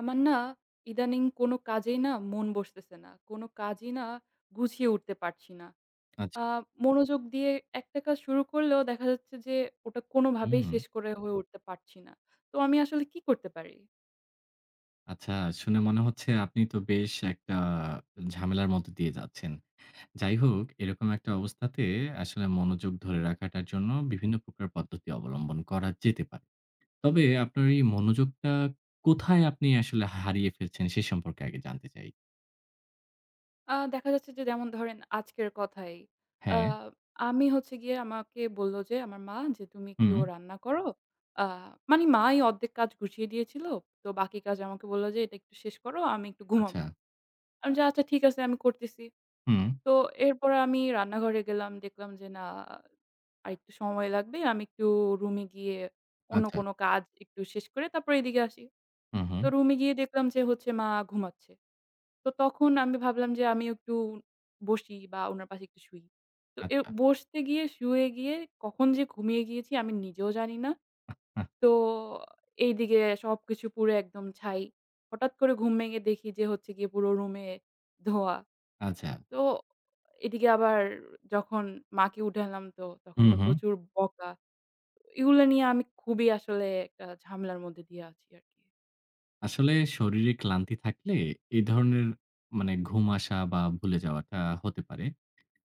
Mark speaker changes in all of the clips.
Speaker 1: আমার না ইদানিং কোনো কাজেই না মন বসতেছে না। কোনো কাজই না গুছিয়ে উঠতে পারছি না।
Speaker 2: আচ্ছা,
Speaker 1: আ মনোযোগ দিয়ে একটা কাজ শুরু করলেও দেখা যাচ্ছে যে ওটা কোনোভাবেই
Speaker 2: হুম।
Speaker 1: শেষ করে হয়ে উঠতে পারছি না। তো আমি আসলে কি করতে পারি?
Speaker 2: আচ্ছা শুনে মনে হচ্ছে আপনি তো বেশ একটা ঝামেলার মধ্য দিয়ে যাচ্ছেন। যাই হোক এরকম একটা অবস্থাতে আসলে মনোযোগ ধরে রাখাটার জন্য বিভিন্ন প্রকার পদ্ধতি অবলম্বন করা যেতে পারে। তবে আপনার এই মনোযোগটা কোথায় আপনি আসলে হারিয়ে ফেলছেন সে সম্পর্কে আগে জানতে চাই।
Speaker 1: দেখা যাচ্ছে যে যেমন ধরেন আজকের কথাই। আ
Speaker 2: হ্যাঁ,
Speaker 1: আমি হচ্ছে গিয়ে আমাকে বলল যে আমার মা যে, "তুমি একটু
Speaker 2: হুম,
Speaker 1: রান্না করো।" আ মানে মাই অর্ধেক কাজ গুছিয়ে দিয়েছিল। তো বাকি কাজ আমাকে বলল যে, "এটা একটু শেষ করো, আমি একটু ঘুমাবো।"
Speaker 2: আচ্ছা,
Speaker 1: আমি যে, "আচ্ছা ঠিক আছে আমি করতেছি।"
Speaker 2: হুম,
Speaker 1: তো এরপরে আমি রান্নাঘরে গেলাম। দেখলাম যে না আরেকটু সময় লাগবে। আমি একটু রুমে গিয়ে অন্য
Speaker 2: আচ্ছা,
Speaker 1: কোনো কাজ একটু শেষ করে তারপর এদিকে আসি।
Speaker 2: হুম, হুম,
Speaker 1: তো রুমে গিয়ে দেখলাম যে হচ্ছে মা ঘুমাচ্ছে। তো তখন আমি ভাবলাম যে আমি একটু বসি বা উনার পাশে একটু শুই। তো এ
Speaker 2: আচ্ছা,
Speaker 1: বসতে গিয়ে শুয়ে গিয়ে কখন যে ঘুমিয়ে গিয়েছি আমি নিজেও জানি না।
Speaker 2: আহ,
Speaker 1: তো এইদিকে সবকিছু পুরো একদম ছাই। হঠাৎ করে ঘুম ভেঙে দেখি যে হচ্ছে গিয়ে পুরো রুমে ধোঁয়া।
Speaker 2: আচ্ছা,
Speaker 1: তো এদিকে আবার যখন মাকে উঠালাম তো তখন
Speaker 2: হুম,
Speaker 1: তো
Speaker 2: হুম।
Speaker 1: প্রচুর বকা। এগুলা নিয়ে আমি খুবই আসলে একটা ঝামেলার মধ্যে দিয়ে আছি আরকি।
Speaker 2: আসলে শরীরে ক্লান্তি থাকলে এই ধরনের মানে ঘুম আসা বা ভুলে যাওয়াটা হতে পারে।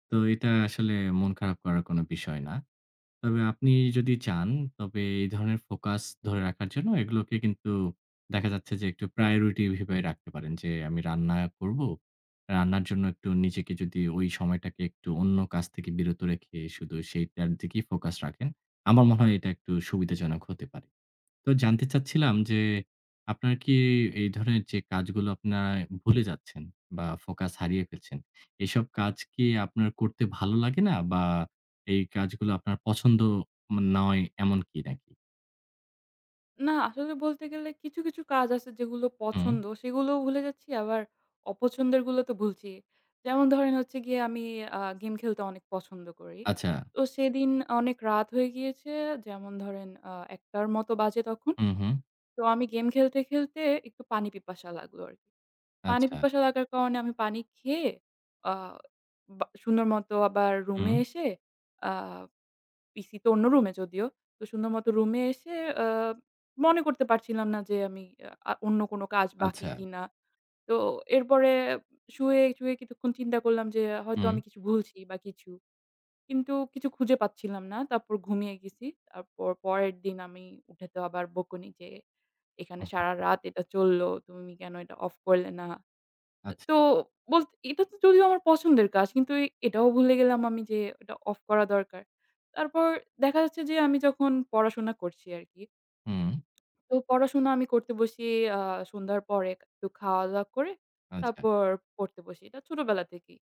Speaker 2: তো এটা আসলে মন খারাপ করার কোনো বিষয় না। তবে আপনি যদি চান, তবে এই ধরনের ফোকাস ধরে রাখার জন্য এগুলোকে কিন্তু দেখা যাচ্ছে যে একটু প্রায়োরিটি ভেবে রাখতে পারেন যে, "আমি রান্না করব। রান্নার জন্য একটু নিজেকে যদি ওই সময়টাকে একটু অন্য কাজ থেকে বিরত রেখে শুধু সেইটার দিকেই ফোকাস রাখেন।" আমার মনে হয় এটা একটু সুবিধাজনক হতে পারে। তো জানতে চাচ্ছিলাম যে, আপনার কি এই ধরনের যে কাজগুলো আপনারা ভুলে যাচ্ছেন বা ফোকাস হারিয়ে ফেলছেন, এসব কাজ কি আপনার করতে ভালো লাগে না? বা এই কাজগুলো আপনার পছন্দ নয় এমন কি নাকি?
Speaker 1: না আসলে বলতে গেলে কিছু, কিছু কাজ আছে যেগুলো
Speaker 2: হুম,
Speaker 1: পছন্দ সেগুলোও ভুলে যাচ্ছি আবার অপছন্দের গুলো তো ভুলছি। যেমন ধরেন হচ্ছে গিয়ে আমি গেম খেলতে অনেক পছন্দ করি।
Speaker 2: আচ্ছা।
Speaker 1: তো সেদিন অনেক রাত হয়ে গিয়েছে যেমন ধরেন ১ টার মতো বাজে তখন।
Speaker 2: হুম, হুম,
Speaker 1: তো আমি গেম খেলতে, খেলতে একটু পানি পিপাসা লাগলো আরকি। পানি
Speaker 2: আচ্ছা,
Speaker 1: পিপাসা লাগার কারণে আমি পানি খেয়ে আ বা সুন্দর মতো আবার রুমে
Speaker 2: হুম,
Speaker 1: এসে আ পিসি তো অন্য রুমে যদিও। তো সুন্দর মতো রুমে এসে আ মনে করতে পারছিলাম না যে আমি অন্য কোনো কাজ
Speaker 2: আচ্ছা,
Speaker 1: বাকি কিনা। তো এরপরে শুয়ে, শুয়ে কিছুক্ষণ চিন্তা করলাম যে হয়তো
Speaker 2: হুম,
Speaker 1: আমি কিছু ভুলছি বা কিছু। কিন্তু কিছু খুঁজে পাচ্ছিলাম না। তারপর ঘুমিয়ে গেছি। তারপর পরের দিন আমি উঠে তো আবার বকুনি যে, "এখানে
Speaker 2: হুম,
Speaker 1: সারারাত এটা চলল। তুমি কেন এটা অফ করলে না?"
Speaker 2: আচ্ছা,
Speaker 1: তো বলতে এটা তো যদিও আমার পছন্দের কাজ কিন্তু এটাও ভুলে গেলাম আমি যে ওটা অফ করা দরকার। তারপর দেখা যাচ্ছে যে আমি যখন পড়াশোনা করছি আরকি।
Speaker 2: হুম,
Speaker 1: তো পড়াশোনা আমি করতে বসি আ সন্ধ্যার পরে একটু খাওয়া-দাওয়া করে
Speaker 2: আচ্ছা।
Speaker 1: তারপর পড়তে বসি। এটা ছোটবেলা থেকেই।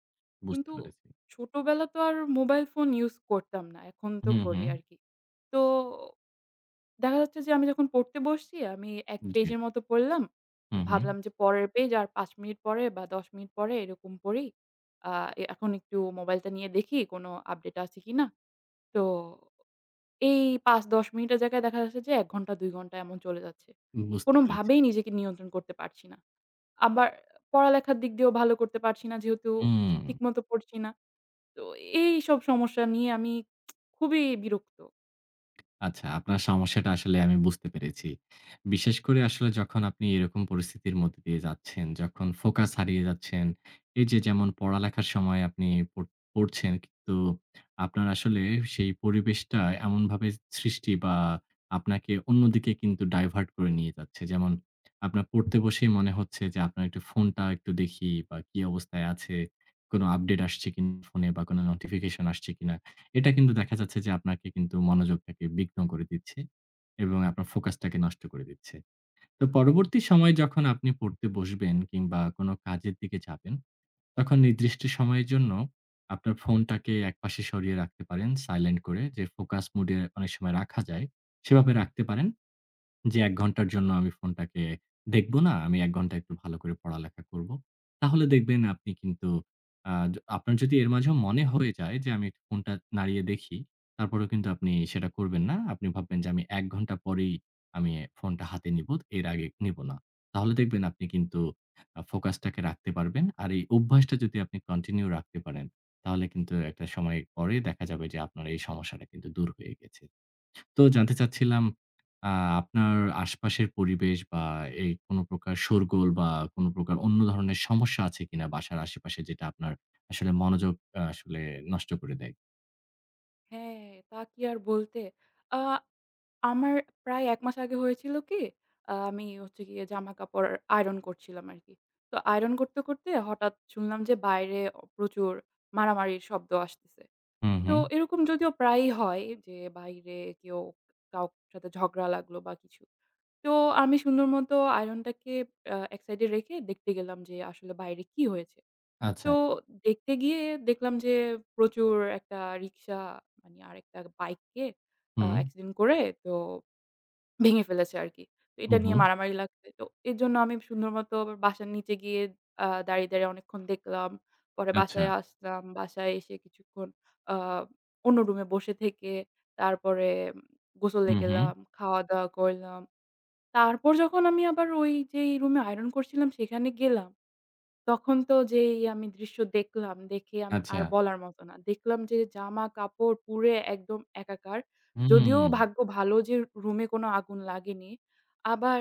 Speaker 2: বুঝতে
Speaker 1: কিন্তু
Speaker 2: পেরেছি।
Speaker 1: ছোটবেলা তো আর মোবাইল ফোন ইউজ করতাম না। এখন তো
Speaker 2: হুম,
Speaker 1: করি
Speaker 2: হুম,
Speaker 1: আরকি। তো দেখা যাচ্ছে যে আমি যখন পড়তে বসছি, আমি ১
Speaker 2: জি,
Speaker 1: পেজের মতো পড়লাম। তো
Speaker 2: হুম, হুম,
Speaker 1: ভাবলাম যে পরের পেজ আর ৫ মিনিট পরে বা ১০ মিনিট পরে এরকম পড়ি। আ এ এখন একটু মোবাইলটা নিয়ে দেখি কোনো আপডেট আছে কিনা। তো এই ৫-১০ মিনিটের জায়গায় দেখা যাচ্ছে যে ১ ঘন্টা ২ ঘন্টা এমন চলে যাচ্ছে।
Speaker 2: বুঝতে পেরেছি।
Speaker 1: কোনোভাবেই নিজেকে নিয়ন্ত্রণ করতে পারছি না। আবার পড়ালেখার দিক দিয়েও ভালো করতে পারছি না যেহেতু
Speaker 2: হুম।
Speaker 1: ঠিকমতো পড়ছি না। তো এইসব সমস্যা নিয়ে আমি খুবই বিরক্ত।
Speaker 2: আচ্ছা, আপনার সমস্যাটা আসলে আমি বুঝতে পেরেছি। বিশেষ করে আসলে যখন আপনি এরকম পরিস্থিতির মধ্যে দিয়ে যাচ্ছেন, যখন ফোকাস হারিয়ে যাচ্ছেন, এই যে যেমন পড়ালেখার সময় আপনি পড় পড়ছেন কিন্তু আপনার আসলে সেই পরিবেশটা এমনভাবে সৃষ্টি বা আপনাকে অন্যদিকে কিন্তু ডাইভার্ট করে নিয়ে যাচ্ছে। যেমন আপনার পড়তে বসেই মনে হচ্ছে যে আপনার একটু ফোনটা একটু দেখি বা কি অবস্থায় আছে, কোনো আপডেট আসছে কিনা ফোনে বা কোনো নোটিফিকেশন আসছে কিনা। এটা কিন্তু দেখা যাচ্ছে যে আপনাকে কিন্তু মনোযোগটাকে বিঘ্ন করে দিচ্ছে এবং আপনার ফোকাসটাকে নষ্ট করে দিচ্ছে। তো পরবর্তী সময়ে যখন আপনি পড়তে বসবেন কিংবা কোনো কাজের দিকে যাবেন, তখন নির্দিষ্ট সময়ের জন্য আপনার ফোনটাকে একপাশে সরিয়ে রাখতে পারেন সাইলেন্ট করে যে ফোকাস মুড এ অনেক সময় রাখা যায়, সেভাবে রাখতে পারেন। যে ১ ঘন্টার জন্য আমি ফোনটাকে দেখব না। আমি ১ ঘন্টা একটু ভালো করে পড়ালেখা করব। তাহলে দেখবেন আপনি কিন্তু আ য আপনার যদি এর মাঝেও মনে হয়ে যায় যে আমি একটু ফোনটা নাড়িয়ে দেখি, তারপরেও কিন্তু আপনি সেটা করবেন না। আপনি ভাববেন যে আমি ১ ঘন্টা পরেই আমি ফোনটা হাতে নিব, এর আগে নিব না। তাহলে দেখবেন আপনি কিন্তু ফোকাসটাকে রাখতে পারবেন। আর এই অভ্যাসটা যদি আপনি কন্টিনিউ রাখতে পারেন, তাহলে কিন্তু একটা সময় পরে দেখা যাবে যে আপনার এই সমস্যাটা কিন্তু দূর হয়ে গেছে। তো জানতে চাচ্ছিলাম আ আপনার আশপাশের পরিবেশ বা এই কোন প্রকার শোরগোল বা কোন প্রকার অন্য ধরনের সমস্যা আছে কিনা বাসার আশেপাশে যেটা আপনার আসলে মনোযোগ আসলে নষ্ট করে দেয়?
Speaker 1: হ্যাঁ, তা কি আর বলতে। আ আমার প্রায় ১ মাস আগে হয়েছিল কি, আমি হচ্ছে গিয়ে জামাকাপড় আয়রন করছিলাম আরকি। তো আয়রন করতে, করতে হঠাৎ শুনলাম যে বাইরে প্রচুর মারামারির শব্দ আসতেছে।
Speaker 2: হুম,
Speaker 1: তো
Speaker 2: হুম।
Speaker 1: এরকম যদিও প্রায়ই হয় যে বাইরে কেউ কাউর সাথে ঝগড়া লাগলো বা কিছু। তো আমি সুন্দর মতো আয়রনটাকে এক সাইডে রেখে দেখতে গেলাম যে আসলে বাইরে কি হয়েছে।
Speaker 2: আচ্ছা।
Speaker 1: তো দেখতে গিয়ে দেখলাম যে প্রচুর একটা রিক্সা মানে আরেকটা বাইককে
Speaker 2: হুম,
Speaker 1: অ্যাক্সিডেন্ট করে তো ভেঙে ফেলেছে আরকি। তো
Speaker 2: হুম,
Speaker 1: এটা নিয়ে
Speaker 2: হুম।
Speaker 1: মারামারি লাগছে। তো এর জন্য আমি সুন্দর মতো আবার বাসার নিচে গিয়ে দাঁড়িয়ে, দাঁড়িয়ে অনেকক্ষণ দেখলাম। পরে
Speaker 2: আচ্ছা।
Speaker 1: বাসায় আসলাম। বাসায় এসে কিছুক্ষণ আ অন্য রুমে বসে থেকে তারপরে উম, গোসলে
Speaker 2: হুম, হুম।
Speaker 1: গেলাম, খাওয়া-দাওয়া করলাম। তারপর যখন আমি আবার ওই যেই রুমে আয়রন করছিলাম সেখানে গেলাম তখন তো যেই আমি দৃশ্য দেখলাম, দেখে
Speaker 2: আচ্ছা।
Speaker 1: আর বলার মতো না। দেখলাম যে জামা-কাপড় পুড়ে একদম একাকার। যদিও
Speaker 2: হুম।
Speaker 1: ভাগ্য ভালো যে রুমে কোনো আগুন লাগেনি। আবার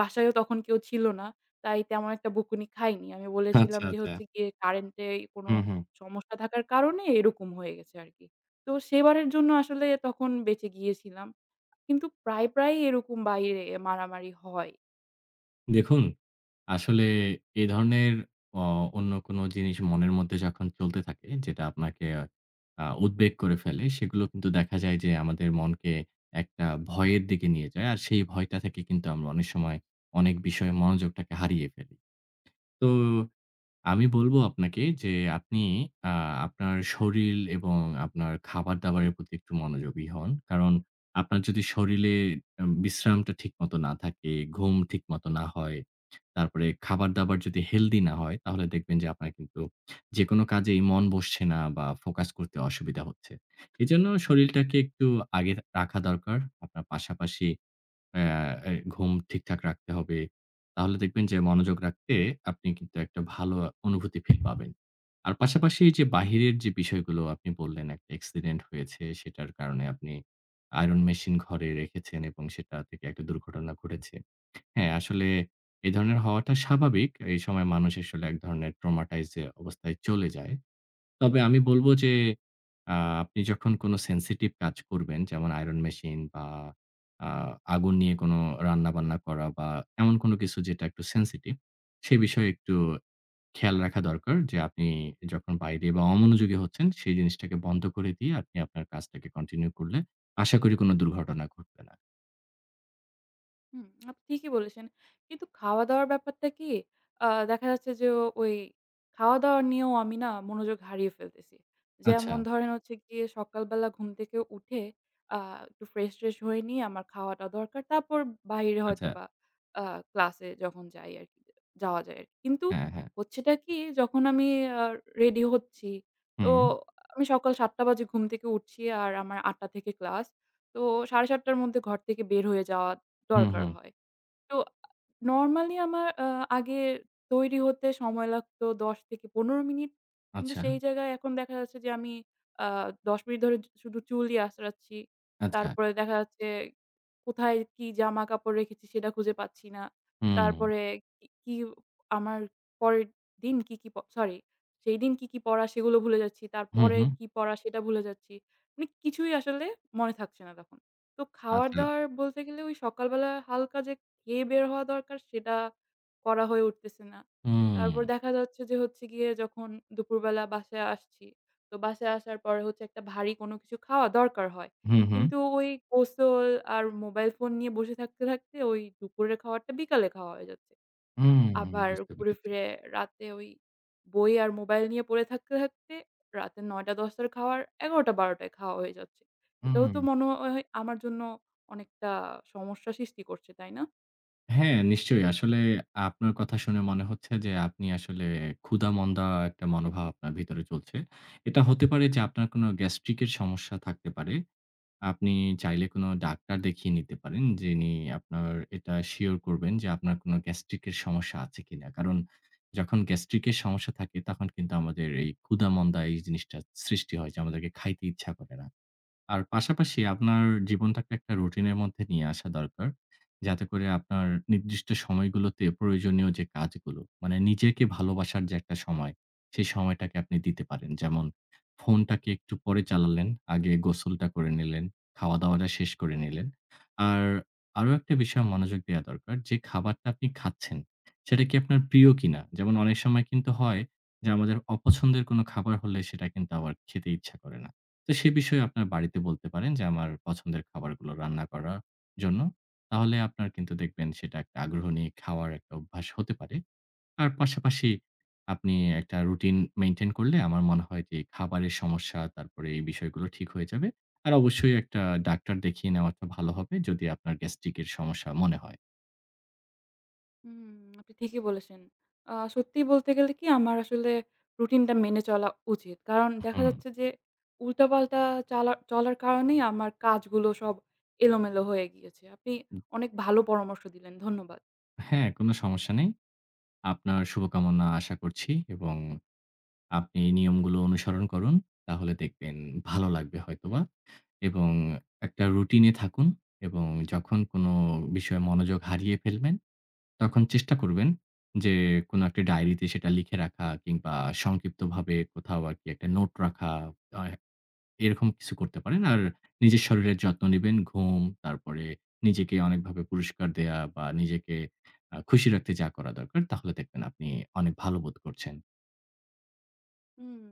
Speaker 1: বাসায়ও তখন কেউ ছিল না। তাই তেমন একটা বকুনি খাইনি। আমি
Speaker 2: আচ্ছা,
Speaker 1: বলেছিলাম যে
Speaker 2: আচ্ছা।
Speaker 1: হচ্ছে গিয়ে কারেন্টে কোনো
Speaker 2: হুম, হুম।
Speaker 1: সমস্যা থাকার কারণে এরকম হয়ে গেছে আরকি। তো সেবারের জন্য আসলে তখন বেঁচে গিয়েছিলাম। কিন্তু প্রায়ই এরকম বাইরে মারামারি হয়।
Speaker 2: দেখুন আসলে এ ধরনের অ অন্য কোনো জিনিস মনের মধ্যে যখন চলতে থাকে, যেটা আপনাকে উদ্বেগ করে ফেলে, সেগুলো কিন্তু দেখা যায় যে আমাদের মনকে একটা ভয়ের দিকে নিয়ে যায়। আর সেই ভয়টা থেকে কিন্তু আমরা অনেক সময় অনেক বিষয়ে মনোযোগটাকে হারিয়ে ফেলি। তো আমি বলব আপনাকে যে আপনি আ আপনার শরীর এবং আপনার খাবার-দাবারের প্রতি একটু মনোযোগী হন। কারণ আপনার যদি শরীরে বিশ্রামটা ঠিকমতো না থাকে, ঘুম ঠিকমতো না হয়, তারপরে খাবার-দাবার যদি হেলথি না হয়, তাহলে দেখবেন যে আপনার কিন্তু যেকোনো কাজেই মন বসছে না বা ফোকাস করতে অসুবিধা হচ্ছে। এজন্য শরীরটাকে একটু আগে রাখা দরকার। আপনার পাশাপাশি অ্যা এ ঘুম ঠিকঠাক রাখতে হবে। তাহলে দেখবেন যে মনোযোগ রাখতে আপনি কিন্তু একটা ভালো অনুভূতি ফিল পাবেন। আর পাশাপাশি এই যে বাহিরের যে বিষয়গুলো আপনি বললেন একটা অ্যাক্সিডেন্ট হয়েছে সেটার কারণে আপনি আয়রন মেশিন ঘরে রেখেছেন এবং সেটা থেকে একটা দুর্ঘটনা ঘটেছে। হ্যাঁ, আসলে এ ধরনের হওয়াটা স্বাভাবিক। এই সময় মানুষ আসলে এক ধরনের ট্রমাটাইজ অবস্থায় চলে যায়। তবে আমি বলব যে আ আপনি যখন কোন sensitive কাজ করবেন যেমন আয়রন মেশিন বা আ আগুন নিয়ে কোন রান্না-বান্না করা বা এমন কোন কিছু যেটা একটু sensitive সে বিষয়ে একটু খেয়াল রাখা দরকার যে আপনি যখন বাইরে বা অমনোযোগী হচ্ছেন সেই জিনিসটাকে বন্ধ করে দিয়ে আপনি আপনার কাজটাকে কন্টিনিউ করলে আশা করি কোন দুর্ঘটনা ঘটবে না।
Speaker 1: হুম, আপনি ঠিকই বলেছেন। কিন্তু খাওয়া-দাওয়ার ব্যাপারটা কি, দেখা যাচ্ছে যে ওই খাওয়া-দাওয়া নিয়েও আমি না মনোযোগ হারিয়ে ফেলতেছি।
Speaker 2: আচ্ছা,
Speaker 1: যেমন ধরেন হচ্ছে গিয়ে সকালবেলা ঘুম থেকে উঠে আ একটু ফ্রেশ-ট্রেশ হয়ে নিয়ে আমার খাওয়াটা দরকার। তারপর বাহিরে
Speaker 2: আচ্ছা।
Speaker 1: হয়তোবা আ ক্লাসে যখন যাই আরকি, যাওয়া যায় আরকি। কিন্তু
Speaker 2: হ্যাঁ, হ্যাঁ।
Speaker 1: হচ্ছেটা কি যখন আমি আ রেডি হচ্ছি, তো
Speaker 2: হুম,
Speaker 1: আমি সকাল ৭ঃ০০ বাজে ঘুম থেকে উঠছি আর আমার ৮ঃ০০ থেকে ক্লাস। তো ৭ঃ৩০ টার মধ্যে ঘর থেকে বের হয়ে যাওয়া
Speaker 2: হুম,
Speaker 1: দরকার
Speaker 2: হুম।
Speaker 1: হয়। তো নরমালি আমার আগে তৈরি হতে সময় লাগতো ১০ থেকে ১৫ মিনিট। কিন্তু
Speaker 2: আচ্ছা,
Speaker 1: সেই জায়গায় এখন দেখা যাচ্ছে যে আমি আ ১০ মিনিট ধরে শুধু চুলই আঁচড়াচ্ছি।
Speaker 2: আচ্ছা।
Speaker 1: তারপরে দেখা যাচ্ছে কোথায় কি জামাকাপড় রেখেছি সেটা খুঁজে পাচ্ছি না।
Speaker 2: হুম,
Speaker 1: তারপরে কি, কি আমার পরের দিন কি, কি সরি সেই দিন কি, কি পড়া সেগুলো ভুলে যাচ্ছি।
Speaker 2: হুম,
Speaker 1: তারপরে
Speaker 2: হুম।
Speaker 1: কি পড়া সেটা ভুলে যাচ্ছি। মানে কিছুই আসলে মনে থাকছে না তখন। তো
Speaker 2: আচ্ছা।
Speaker 1: খাওয়ার-দাওয়ার বলতে গেলে ওই সকালবেলা হালকা যে খেয়ে বের হওয়া দরকার সেটা করা হয়ে উঠতেছে না।
Speaker 2: হুম,
Speaker 1: তারপর দেখা যাচ্ছে যে হচ্ছে গিয়ে যখন দুপুরবেলা বাসায় আসছি, তো বাসায় আসার পরে হচ্ছে একটা ভারী কোনো কিছু খাওয়া দরকার হয়।
Speaker 2: হুম, হুম।
Speaker 1: কিন্তু ওই গোসল আর মোবাইল ফোন নিয়ে বসে থাকতে, থাকতে ওই দুপুরের খাওয়াটা বিকালে খাওয়া হয়ে যাচ্ছে।
Speaker 2: হুম,
Speaker 1: আবার
Speaker 2: বুঝতে
Speaker 1: ঘুরে
Speaker 2: পেরেছি।
Speaker 1: ফিরে রাতে ওই বই আর মোবাইল নিয়ে পড়ে থাকতে, থাকতে রাতে ৯ঃ০০ ১০ঃ০০ র খাওয়ার ১১ঃ০০ ১২ঃ০০ টায় খাওয়া হয়ে যাচ্ছে। এটাও
Speaker 2: হুম।
Speaker 1: তো মনে হয় আমার জন্য অনেকটা সমস্যা সৃষ্টি করছে, তাই না?
Speaker 2: হ্যাঁ, নিশ্চয়ই। আসলে আপনার কথা শুনে মনে হচ্ছে যে আপনি আসলে ক্ষুধা-মন্দা একটা মনোভাব আপনার ভিতরে চলছে। এটা হতে পারে যে আপনার কোনো গ্যাস্ট্রিকের সমস্যা থাকতে পারে। আপনি চাইলে কোনো ডাক্তার দেখিয়ে নিতে পারেন, যিনি আপনার এটা সিওর করবেন যে আপনার কোনো গ্যাস্ট্রিকের সমস্যা আছে কিনা। কারণ যখন গ্যাস্ট্রিকের সমস্যা থাকে তখন কিন্তু আমাদের এই ক্ষুধা-মন্দা এই জিনিসটা সৃষ্টি হয় যে আমাদেরকে খাইতে ইচ্ছা করে না। আর পাশাপাশি আপনার জীবনটাকে একটা রুটিনের মধ্যে নিয়ে আসা দরকার। যাতে করে আপনার নির্দিষ্ট সময়গুলোতে প্রয়োজনীয় যে কাজগুলো, মানে নিজেকে ভালোবাসার যে একটা সময়, সেই সময়টাকে আপনি দিতে পারেন। যেমন ফোনটাকে একটু পরে চালালেন, আগে গোসলটা করে নিলেন, খাওয়া-দাওয়াটা শেষ করে নিলেন। আর আরো একটা বিষয় মনোযোগ দেয়া দরকার যে খাবারটা আপনি খাচ্ছেন, সেটা কি আপনার প্রিয় কিনা? যেমন অনেক সময় কিন্তু হয় যে আমাদের অপছন্দের কোনো খাবার হলে সেটা কিন্তু আবার খেতে ইচ্ছা করে না। তো সে বিষয়ে আপনার বাড়িতে বলতে পারেন যে, "আমার পছন্দের খাবারগুলো রান্না করার জন্য।" তাহলে আপনার কিন্তু দেখবেন সেটা একটা আগ্রহ নিয়ে খাওয়ার একটা অভ্যাস হতে পারে। আর পাশাপাশি আপনি একটা রুটিন মেইনটেইন করলে আমার মনে হয় যে, খাবারের সমস্যা, তারপরে এই বিষয়গুলো ঠিক হয়ে যাবে। আর অবশ্যই একটা ডাক্তার দেখিয়ে নেওয়াটা ভালো হবে যদি আপনার গ্যাস্ট্রিকের সমস্যা মনে হয়।
Speaker 1: হুম, আপনি ঠিকই বলেছেন। সত্যি বলতে গেলে কি আমার আসলে রুটিনটা মেনে চলা উচিত। কারণ দেখা
Speaker 2: হুম।
Speaker 1: যাচ্ছে যে উল্টাপাল্টা চালা চলার কারণেই আমার কাজগুলো সব এলোমেলো হয়ে গিয়েছে। আপনি অনেক ভালো পরামর্শ দিলেন। ধন্যবাদ।
Speaker 2: হ্যাঁ, কোনো সমস্যা নেই। আপনার শুভকামনা আশা করছি এবং আপনি এই নিয়মগুলো অনুসরণ করুন। তাহলে দেখবেন ভালো লাগবে হয়তোবা। এবং একটা রুটিনে থাকুন এবং যখন কোনো বিষয়ে মনোযোগ হারিয়ে ফেলবেন, তখন চেষ্টা করবেন যে কোনো একটা ডায়েরিতে সেটা লিখে রাখা কিংবা সংক্ষিপ্তভাবে কোথাও আরকি একটা নোট রাখা আ এরকম কিছু করতে পারেন। আর নিজের শরীরের যত্ন নিবেন, ঘুম, তারপরে নিজেকে অনেকভাবে পুরস্কার দেয়া বা নিজেকে খুশি রাখতে যা করা দরকার তাহলে দেখবেন আপনি অনেক ভালো বোধ করছেন।
Speaker 1: হুম,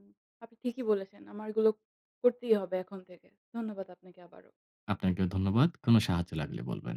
Speaker 1: আপনি ঠিকই বলেছেন। আমার এগুলো করতেই হবে এখন থেকে। ধন্যবাদ আপনাকে আবারও।
Speaker 2: আপনাকেও ধন্যবাদ। কোনো সাহায্য লাগলে বলবেন।